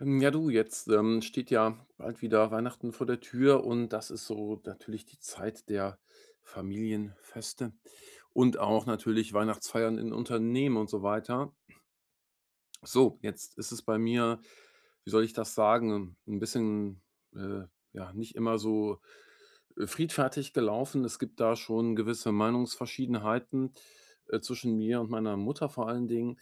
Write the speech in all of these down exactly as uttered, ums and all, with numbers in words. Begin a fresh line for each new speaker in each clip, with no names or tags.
Ähm, ja du, jetzt, ähm, steht ja bald wieder Weihnachten vor der Tür, und das ist so natürlich die Zeit der Familienfeste und auch natürlich Weihnachtsfeiern in Unternehmen und so weiter. So, jetzt ist es bei mir, wie soll ich das sagen, ein bisschen, äh, ja, nicht immer so, äh, friedfertig gelaufen. Es gibt da schon gewisse Meinungsverschiedenheiten, äh, zwischen mir und meiner Mutter vor allen Dingen.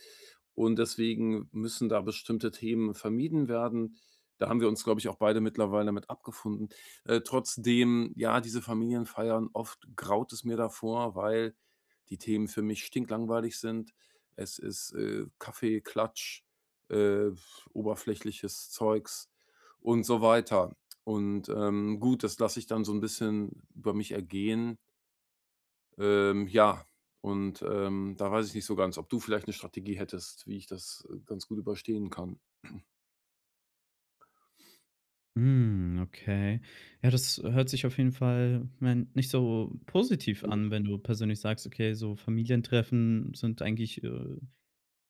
Und deswegen müssen da bestimmte Themen vermieden werden. Da haben wir uns, glaube ich, auch beide mittlerweile damit abgefunden. Äh, trotzdem, ja, diese Familienfeiern, oft graut es mir davor, weil die Themen für mich stinklangweilig sind. Es ist, äh, Kaffee, Klatsch, äh, oberflächliches Zeugs und so weiter. Und, ähm, gut, das lasse ich dann so ein bisschen über mich ergehen. Ähm, ja, und, ähm, da weiß ich nicht so ganz, ob du vielleicht eine Strategie hättest, wie ich das, äh, ganz gut überstehen kann.
Hm, okay. Ja, das hört sich auf jeden Fall, ich mein, nicht so positiv an, wenn du persönlich sagst, okay, so Familientreffen sind eigentlich äh,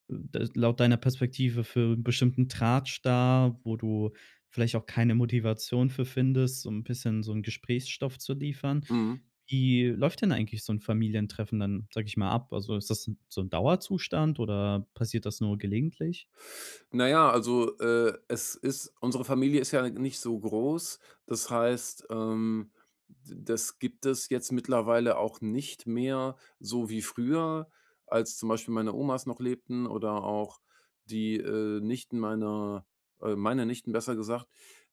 da- laut deiner Perspektive für einen bestimmten Tratsch da, wo du vielleicht auch keine Motivation für findest, so ein bisschen so einen Gesprächsstoff zu liefern.
Mhm.
Wie läuft denn eigentlich so ein Familientreffen dann, sag ich mal, ab? Also ist das so ein Dauerzustand oder passiert das nur gelegentlich?
Na ja, also, äh, es ist unsere Familie ist ja nicht so groß. Das heißt, ähm, d das gibt es jetzt mittlerweile auch nicht mehr so wie früher, als zum Beispiel meine Omas noch lebten oder auch die, äh, Nichten meiner äh, meine Nichten, besser gesagt,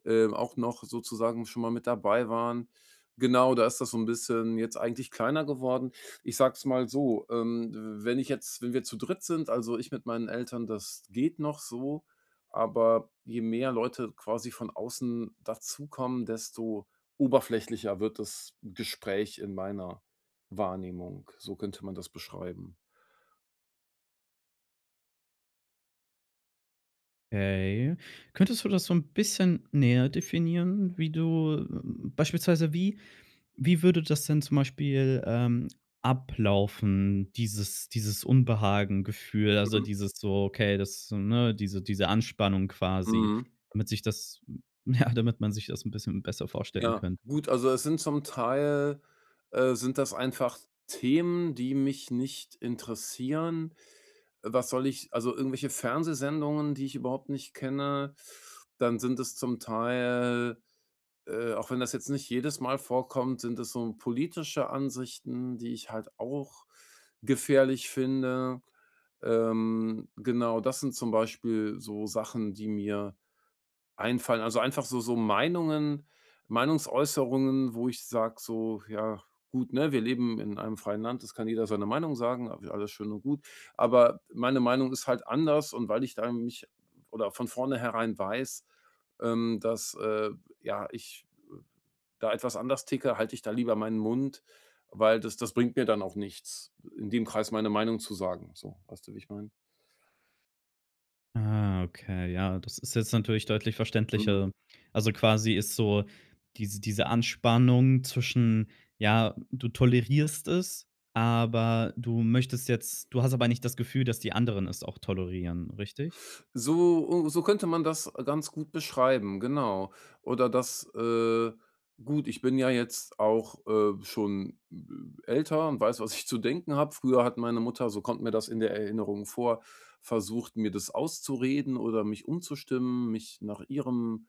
ähm, auch noch sozusagen schon mal mit dabei waren. Genau, da ist das so ein bisschen jetzt eigentlich kleiner geworden. Ich sag's mal so, ähm, wenn ich jetzt wenn wir zu dritt sind, also ich mit meinen Eltern, das geht noch so, aber je mehr Leute quasi von außen dazukommen, desto oberflächlicher wird das Gespräch in meiner Wahrnehmung. So könnte man das beschreiben.
Okay. Könntest du das so ein bisschen näher definieren, wie du ähm, beispielsweise wie wie würde das denn zum Beispiel, ähm, ablaufen, dieses dieses Unbehagengefühl, also,
Mhm.
dieses so, okay, das ne, diese diese Anspannung quasi,
Mhm.
damit sich das ja, damit man sich das ein bisschen besser vorstellen
Ja,
könnte?
gut, also es sind zum Teil äh, sind das einfach Themen, die mich nicht interessieren. Was soll ich, also irgendwelche Fernsehsendungen, die ich überhaupt nicht kenne, dann sind es zum Teil, äh, auch wenn das jetzt nicht jedes Mal vorkommt, sind es so politische Ansichten, die ich halt auch gefährlich finde. Ähm, genau, das sind zum Beispiel so Sachen, die mir einfallen. Also, einfach so so Meinungen Meinungsäußerungen, wo ich sage so: „Ja, gut, ne, wir leben in einem freien Land, es kann jeder seine Meinung sagen, a alles schön und gut, aber meine Meinung ist halt anders", und weil ich da mich oder von vornherein weiß, ähm, dass, äh, ja, ich da etwas anders ticke, halte ich da lieber meinen Mund, weil das das bringt mir dann auch nichts, in dem Kreis meine Meinung zu sagen. So, weißt du, wie ich meine?
Ah, okay, ja, das ist jetzt natürlich deutlich verständlicher. Also, quasi ist so diese diese Anspannung zwischen, ja, du tolerierst es, aber du möchtest jetzt du hast aber nicht das Gefühl, dass die anderen es auch tolerieren, richtig?
So so könnte man das ganz gut beschreiben, genau. Oder das, äh gut, ich bin ja jetzt auch, äh, schon, äh, älter und weiß, was ich zu denken habe. Früher hat meine Mutter, so kommt mir das in der Erinnerung vor, versucht, mir das auszureden oder mich umzustimmen, mich nach ihrem,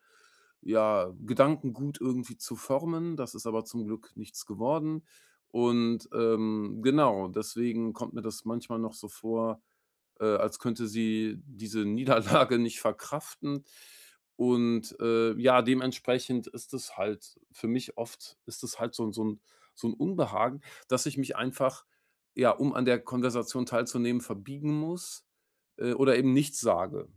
ja, Gedankengut irgendwie zu formen. Das ist aber zum Glück nichts geworden. Und, ähm, genau, deswegen kommt mir das manchmal noch so vor, äh, als könnte sie diese Niederlage nicht verkraften. Und, äh, ja, dementsprechend ist es halt für mich oft ist es halt so ein so ein so ein Unbehagen, dass ich mich einfach, ja, um an der Konversation teilzunehmen, verbiegen muss, äh, oder eben nichts sage,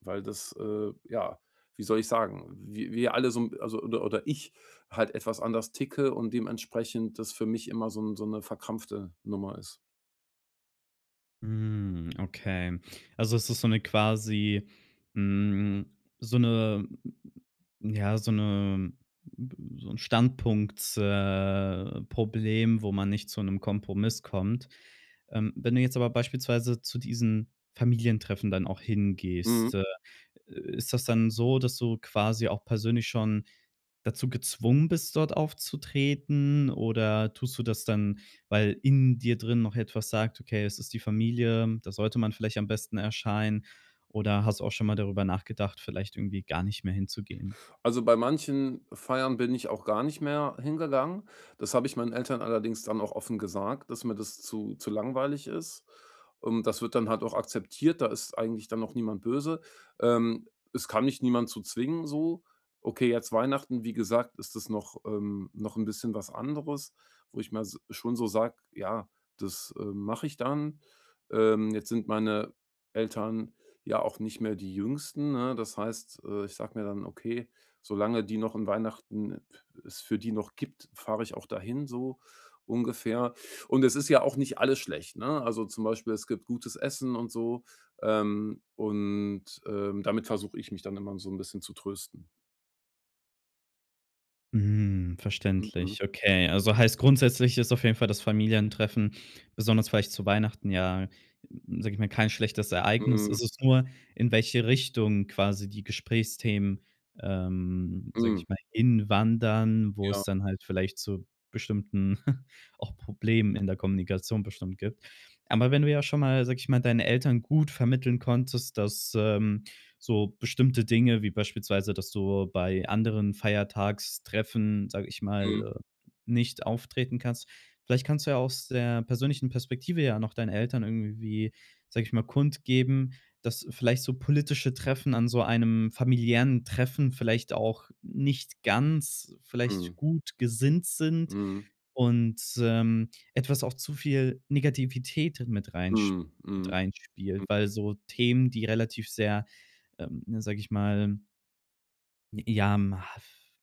weil das, äh, ja, wie soll ich sagen, wi wir alle so 'n also, oder oder ich halt etwas anders ticke und dementsprechend das für mich immer so 'n so 'ne verkrampfte Nummer ist.
Hm, okay. Also es ist so eine quasi, hm, so eine ja, so eine b so 'n Standpunkts äh, Problem, wo man nicht zu einem Kompromiss kommt. Ähm, wenn du jetzt aber beispielsweise zu diesen Familientreffen dann auch
Mhm.
hingehst, äh, ist das dann so, dass du quasi auch persönlich schon dazu gezwungen bist, dort aufzutreten? Oder tust du das dann, weil in dir drin noch etwas sagt: „Okay, es ist die Familie, da sollte man vielleicht am besten erscheinen“? Oder hast du auch schon mal darüber nachgedacht, vielleicht irgendwie gar nicht mehr hinzugehen?
Also, bei manchen Feiern bin ich auch gar nicht mehr hingegangen. Das habe ich meinen Eltern allerdings dann auch offen gesagt, dass mir das zu zu langweilig ist. Ähm, das wird dann halt auch akzeptiert, da ist eigentlich dann noch niemand böse. Ähm, Es kann mich niemand zu zwingen so. Okay, jetzt Weihnachten, wie gesagt, ist das noch ähm, noch ein bisschen was anderes, wo ich mir s schon so sage: „Ja, das, äh, mache ich dann." Ähm, jetzt sind meine Eltern ja auch nicht mehr die Jüngsten, ne? Das heißt, äh, ich sage mir dann: „Okay, Solange die noch in Weihnachten es für die noch gibt, fahre ich auch dahin, so ungefähr." Und es ist ja auch nicht alles schlecht, ne? Also, zum Beispiel, es gibt gutes Essen und so, ähm, und, ähm, damit versuche ich mich dann immer so ein bisschen zu trösten.
Mhm,
Mhm.
verständlich. Okay, also heißt grundsätzlich ist auf jeden Fall das Familientreffen, besonders vielleicht zu Weihnachten, ja, sage ich mal, kein schlechtes Ereignis.
Mhm.
Es ist nur, in welche Richtung quasi die Gesprächsthemen, ähm, sage
Mhm.
ich mal, hinwandern, wo
Ja.
es dann halt vielleicht zu bestimmten auch Problemen in der Kommunikation bestimmt gibt. Aber wenn du ja schon mal, sage ich mal, deinen Eltern gut vermitteln konntest, dass, ähm so bestimmte Dinge, wie beispielsweise, dass du bei anderen Feiertagstreffen, sage ich
Mhm.
mal, äh, nicht auftreten kannst. Vielleicht kannst du ja aus der persönlichen Perspektive ja noch deinen Eltern irgendwie, sage ich mal, kundgeben, dass vielleicht so politische Treffen an so einem familiären Treffen vielleicht auch nicht ganz
Mhm.
vielleicht gut gesinnt sind
Mhm.
und, ähm, etwas auch zu viel Negativität mit reinsch
Mhm.
mit
Mhm. Mhm.
reinspielt, weil so Themen, die relativ sehr ähm, ne, sage ich mal ja, ma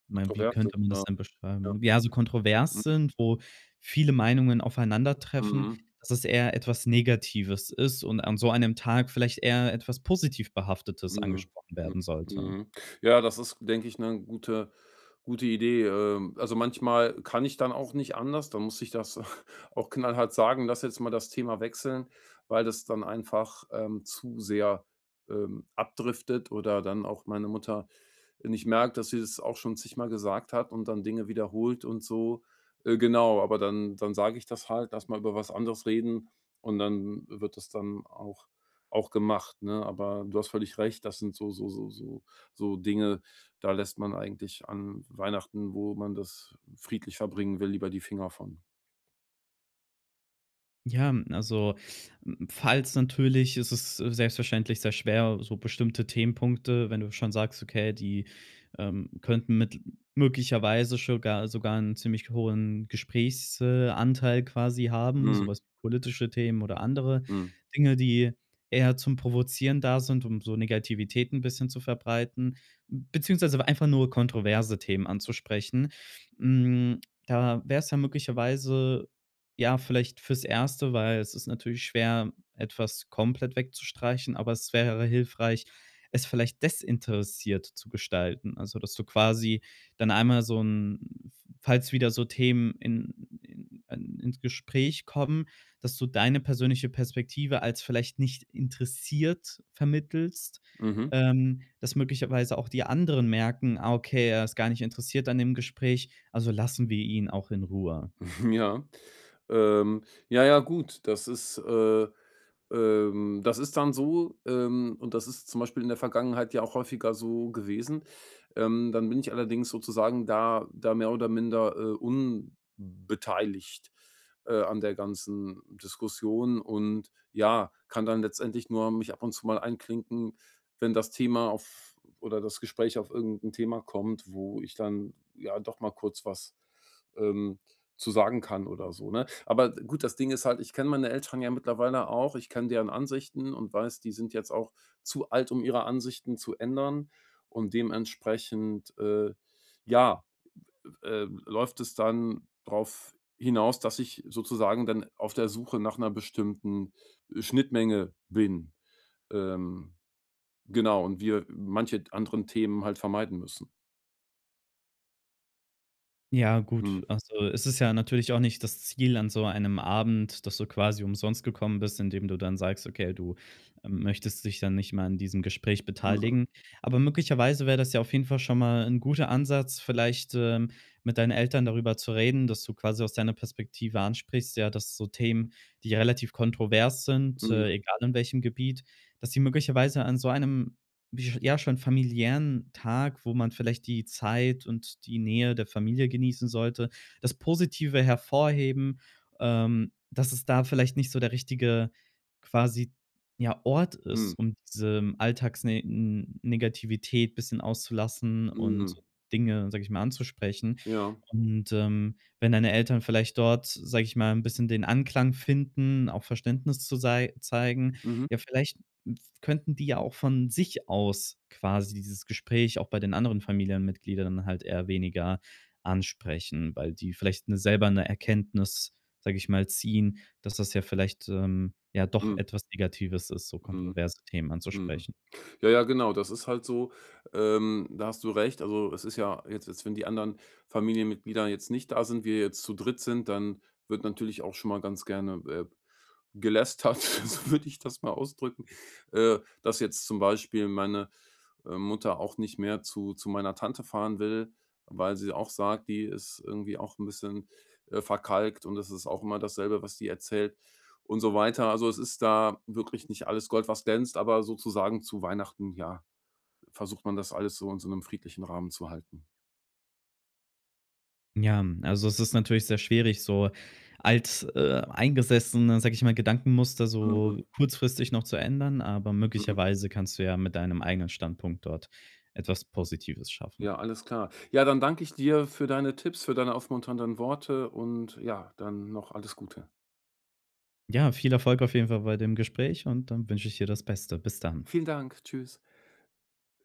mein, wie
Kontrovers,
könnte man
ja.
das denn
Ja.
beschreiben? Ja, so kontrovers
Mhm.
sind, wo viele Meinungen aufeinandertreffen,
Mhm.
dass es eher etwas Negatives ist und an so einem Tag vielleicht eher etwas positiv Behaftetes
Mhm.
angesprochen
Mhm.
werden sollte.
Mhm. Ja, das ist, denke ich, eine gute gute Idee. Ähm, also, manchmal kann ich dann auch nicht anders, dann muss ich das auch knallhart sagen: „Lass jetzt mal das Thema wechseln", weil das dann einfach, ähm, zu sehr, ähm, abdriftet oder dann auch meine Mutter nicht merkt, dass sie das auch schon zigmal gesagt hat und dann Dinge wiederholt und so. Äh, genau, aber dann dann sage ich das halt: „Lass mal über was anderes reden", und dann wird das dann auch auch gemacht, ne? Aber du hast völlig recht, das sind so so so so so Dinge, da lässt man eigentlich an Weihnachten, wo man das friedlich verbringen will, lieber die Finger von.
Ja, also, hm, falls natürlich ist es äh, selbstverständlich sehr schwer, so bestimmte Themenpunkte, wenn du schon sagst, okay, die, ähm, könnten mit möglicherweise sogar sogar einen ziemlich hohen Gesprächsanteil äh, Anteil quasi haben,
Mhm.
sowas wie politische Themen oder andere
Mhm.
Dinge, die eher zum Provozieren da sind, um so Negativität ein bisschen zu verbreiten, beziehungsweise einfach nur kontroverse Themen anzusprechen. Hm, da wäre es ja möglicherweise ja, vielleicht fürs Erste, weil es ist natürlich schwer, etwas komplett wegzustreichen, aber es wäre hilfreich, es vielleicht desinteressiert zu gestalten. Also, dass du quasi dann einmal so ein, falls wieder so Themen in in in ins Gespräch kommen, dass du deine persönliche Perspektive als vielleicht nicht interessiert vermittelst,
Mhm.
ähm, dass möglicherweise auch die anderen merken: „Ah, okay, er ist gar nicht interessiert an dem Gespräch, also lassen wir ihn auch in Ruhe.“
Ja. Ähm, ja, ja, gut, das ist, äh Ähm, das ist dann so, ähm, und das ist zum Beispiel in der Vergangenheit ja auch häufiger so gewesen. Ähm, dann bin ich allerdings sozusagen da da mehr oder minder, äh, unbeteiligt, äh, an der ganzen Diskussion und ja, kann dann letztendlich nur mich ab und zu mal einklinken, wenn das Thema auf oder das Gespräch auf irgendein Thema kommt, wo ich dann ja doch mal kurz was, ähm, zu sagen kann oder so, ne? Aber gut, das Ding ist halt, ich kenne meine Eltern ja mittlerweile auch, ich kenne deren Ansichten und weiß, die sind jetzt auch zu alt, um ihre Ansichten zu ändern, und dementsprechend, äh, ja, äh, läuft es dann drauf hinaus, dass ich sozusagen dann auf der Suche nach einer bestimmten Schnittmenge bin. Ähm, genau, und wir manche anderen Themen halt vermeiden müssen.
Ja,
Mhm.
gut. Also, es ist ja natürlich auch nicht das Ziel an so einem Abend, dass du quasi umsonst gekommen bist, indem du dann sagst: „Okay, du, ähm, möchtest dich dann nicht mal an diesem Gespräch
Mhm.
beteiligen.“ Aber möglicherweise wäre das ja auf jeden Fall schon mal ein guter Ansatz, vielleicht, ähm, mit deinen Eltern darüber zu reden, dass du quasi aus deiner Perspektive ansprichst, ja, dass so Themen, die relativ kontrovers sind,
Mhm.
äh, egal in welchem Gebiet, dass sie möglicherweise an so einem J ja, schon familiären Tag, wo man vielleicht die Zeit und die Nähe der Familie genießen sollte, das Positive hervorheben, ähm, dass es da vielleicht nicht so der richtige quasi, ja, Ort ist,
Mhm.
um diese Alltagsnegativität n bisschen auszulassen und
Mhm.
Dinge, sage ich mal, anzusprechen.
Ja.
Und, ähm, wenn deine Eltern vielleicht dort, sage ich mal, ein bisschen den Anklang finden, auch Verständnis zu sei zeigen,
Mhm.
ja vielleicht könnten die ja auch von sich aus quasi dieses Gespräch auch bei den anderen Familienmitgliedern halt eher weniger ansprechen, weil die vielleicht 'ne selber eine Erkenntnis, sage ich mal, ziehen, dass das ja vielleicht, ähm, ja doch
Mhm.
etwas Negatives ist, so
Mhm.
kontroverse Themen
Mhm.
anzusprechen.
Ja, ja, genau, das ist halt so, ähm, da hast du recht. Also, es ist ja jetzt jetzt, wenn die anderen Familienmitglieder jetzt nicht da sind, wir jetzt zu dritt sind, dann wird natürlich auch schon mal ganz gerne, äh, gelästert, so würde ich das mal ausdrücken, äh, dass jetzt zum Beispiel meine, äh, Mutter auch nicht mehr zu zu meiner Tante fahren will, weil sie auch sagt, die ist irgendwie auch ein bisschen, äh, verkalkt, und es ist auch immer dasselbe, was die erzählt und so weiter. Also, es ist da wirklich nicht alles Gold, was glänzt, aber sozusagen zu Weihnachten, ja, versucht man das alles so in so einem friedlichen Rahmen zu halten.
Ja, also es ist natürlich sehr schwierig, so alt äh, eingesessene, sage ich mal, Gedankenmuster
Mhm,
so kurzfristig noch zu ändern, aber
mhm.
möglicherweise kannst du ja mit deinem eigenen Standpunkt dort etwas Positives schaffen.
Ja, alles klar. Ja, dann danke ich dir für deine Tipps, für deine aufmunternden Worte und ja, dann noch alles Gute.
Ja, viel Erfolg auf jeden Fall bei dem Gespräch und dann wünsche ich dir das Beste. Bis dann.
Vielen Dank. Tschüss.